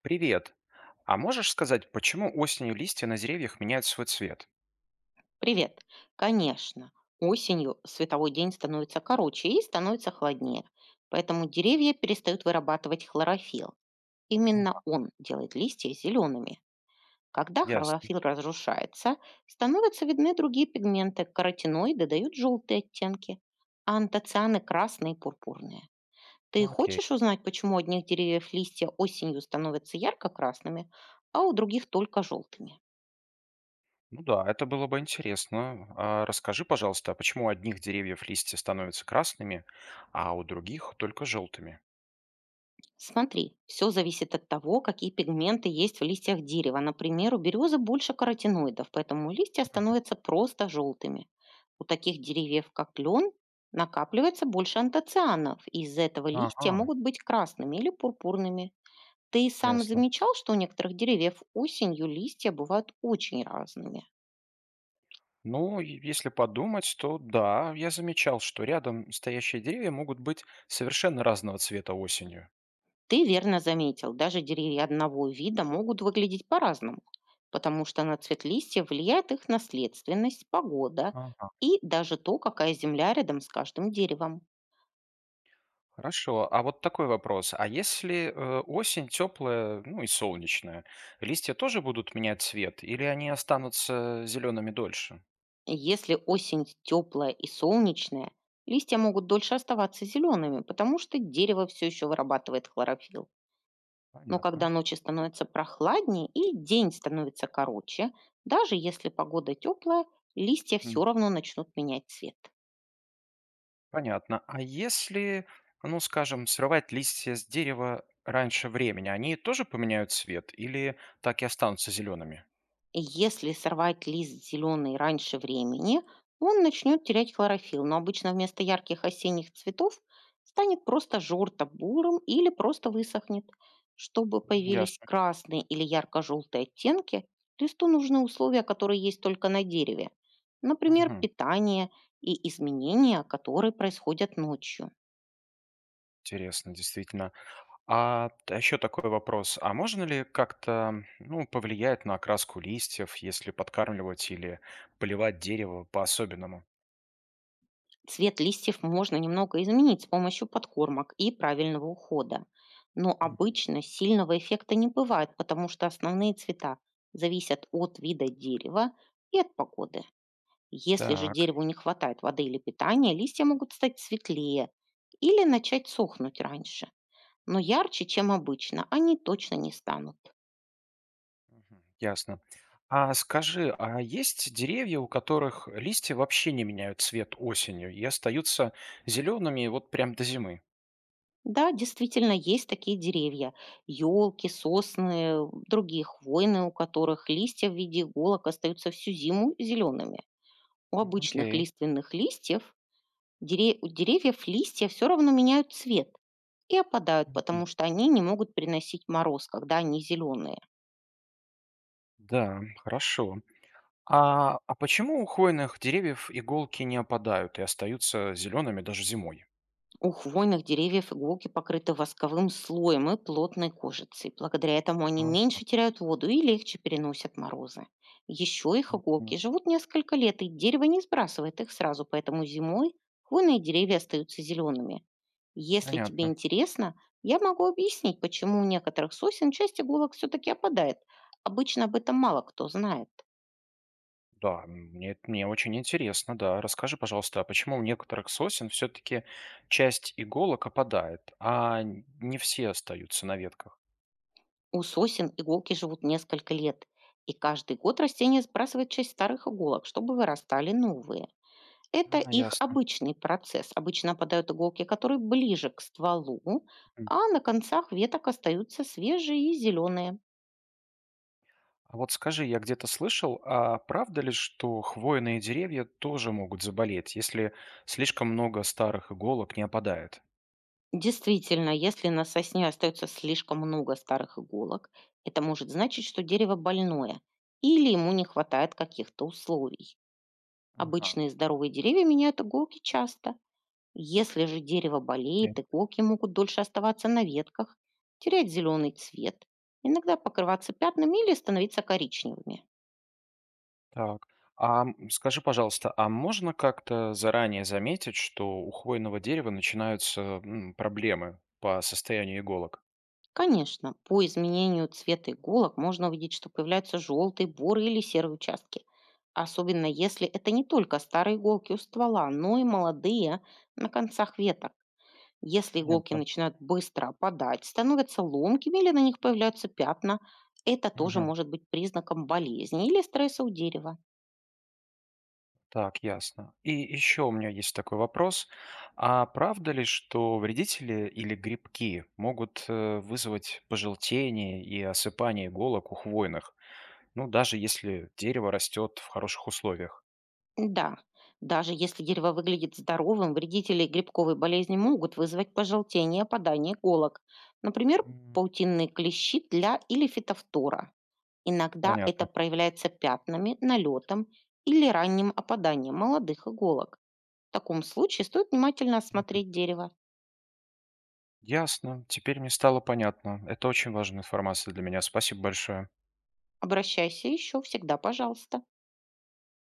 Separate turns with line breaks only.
Привет. А можешь сказать, почему осенью листья на деревьях меняют свой цвет?
Привет. Конечно, осенью световой день становится короче и становится холоднее, поэтому деревья перестают вырабатывать хлорофилл. Именно
Ага,
он делает листья зелеными. Когда
ясно.
хлорофилл разрушается, становятся видны другие пигменты. Каротиноиды дают желтые оттенки, а антоцианы красные и пурпурные. Ты
Окей.
хочешь узнать, почему у одних деревьев листья осенью становятся ярко-красными, а у других только желтыми?
Ну да, это было бы интересно. А расскажи, пожалуйста, а почему у одних деревьев листья становятся красными, а у других только желтыми?
Смотри, все зависит от того, какие пигменты есть в листьях дерева. Например, у березы больше каротиноидов, поэтому листья
Мгм.
становятся просто желтыми. У таких деревьев, как клен, накапливается больше антоцианов, и из-за этого листья
Ага,
могут быть красными или пурпурными. Ты сам
ясно.
замечал, что у некоторых деревьев осенью листья бывают очень разными?
Ну, и если подумать, то да, я замечал, что рядом стоящие деревья могут быть совершенно разного цвета осенью.
Ты верно заметил, даже деревья одного вида могут выглядеть по-разному, потому что на цвет листьев влияет их наследственность, погода и даже то, какая земля рядом с каждым деревом.
Хорошо. А вот такой вопрос. А если осень теплая, ну и солнечная, листья тоже будут менять цвет или они останутся зелеными дольше?
Если осень теплая и солнечная, листья могут дольше оставаться зелеными, потому что дерево все еще вырабатывает хлорофилл. Но
Понятно.
когда ночи становятся прохладнее и день становится короче, даже если погода теплая, листья
М,
все равно начнут менять цвет.
Понятно. А если, ну скажем, срывать листья с дерева раньше времени, они тоже поменяют цвет или так и останутся зелеными?
Если сорвать лист зеленый раньше времени, он начнет терять хлорофилл, но обычно вместо ярких осенних цветов станет просто жорто-бурым или просто высохнет. Чтобы
М,
появились
Ясно.
красные или ярко-желтые оттенки, листу нужны условия, которые есть только на дереве. Например,
Мгм.
питание и изменения, которые происходят ночью.
Интересно, действительно. А еще такой вопрос. А можно ли как-то, ну, повлиять на окраску листьев, если подкармливать или поливать дерево по-особенному?
Цвет листьев можно немного изменить с помощью подкормок и правильного ухода. Но
Мгм.
обычно сильного эффекта не бывает, потому что основные цвета зависят от вида дерева и от погоды. Если же
Так,
дереву не хватает воды или питания, листья могут стать светлее или начать сохнуть раньше. Но ярче, чем обычно, они точно не станут.
мгм, ясно. А скажи, а есть деревья, у которых листья вообще не меняют цвет осенью и остаются зелеными вот прям до зимы?
Да, действительно, есть такие деревья. Елки, сосны, другие хвойные, у которых листья в виде иголок остаются всю зиму зелеными. У обычных
Окей.
лиственных листьев, у деревьев листья все равно меняют цвет и опадают,
Мгм.
потому что они не могут приносить мороз, когда они зеленые.
Да, хорошо. А почему у хвойных деревьев иголки не опадают и остаются зелеными даже зимой?
У хвойных деревьев иголки покрыты восковым слоем и плотной кожицей. Благодаря этому они
А,
меньше теряют воду и легче переносят морозы. Еще их
мгм.
иголки живут несколько лет, и дерево не сбрасывает их сразу, поэтому зимой хвойные деревья остаются зелеными. Если тебе
Понятно.
интересно, я могу объяснить, почему у некоторых сосен часть иголок все-таки опадает. Обычно об этом мало кто знает.
Да, мне очень интересно, да. Расскажи, пожалуйста, а почему у некоторых сосен все-таки часть иголок опадает, а не все остаются на ветках?
У сосен иголки живут несколько лет, и каждый год растение сбрасывает часть старых иголок, чтобы вырастали новые. Это
А,
их
ясно.
обычный процесс. Обычно опадают иголки, которые ближе к стволу,
Мгм.
а на концах веток остаются свежие и зеленые.
А вот скажи, я где-то слышал, а правда ли, что хвойные деревья тоже могут заболеть, если слишком много старых иголок не опадает?
Действительно, если на сосне остается слишком много старых иголок, это может значить, что дерево больное или ему не хватает каких-то условий.
Ага.
Обычные здоровые деревья меняют иголки часто. Если же дерево болеет, иголки могут дольше оставаться на ветках, терять зеленый цвет, иногда покрываться пятнами или становиться коричневыми.
Так. А м, скажи, пожалуйста, а можно как-то заранее заметить, что у хвойного дерева начинаются проблемы по состоянию иголок?
Конечно, по изменению цвета иголок можно увидеть, что появляются желтые, боры или серые участки, особенно если это не только старые иголки у ствола, но и молодые на концах веток. Если иголки
Понятно.
начинают быстро опадать, становятся ломкими или на них появляются пятна, это тоже
Мгм.
может быть признаком болезни или стресса у дерева.
Так, ясно. И еще у меня есть такой вопрос. А правда ли, что вредители или грибки могут вызвать пожелтение и осыпание иголок у хвойных? Ну, даже если дерево растет в хороших условиях.
Да, даже если дерево выглядит здоровым, вредители грибковой болезни могут вызвать пожелтение, опадание иголок. Например,
М,
паутинные клещи для или фитофтора. Иногда это
Понятно.
проявляется пятнами, налетом или ранним опаданием молодых иголок. В таком случае стоит внимательно осмотреть дерево.
Ясно. Теперь мне стало понятно. Это очень важная информация для меня. Спасибо большое.
Обращайся еще всегда, пожалуйста.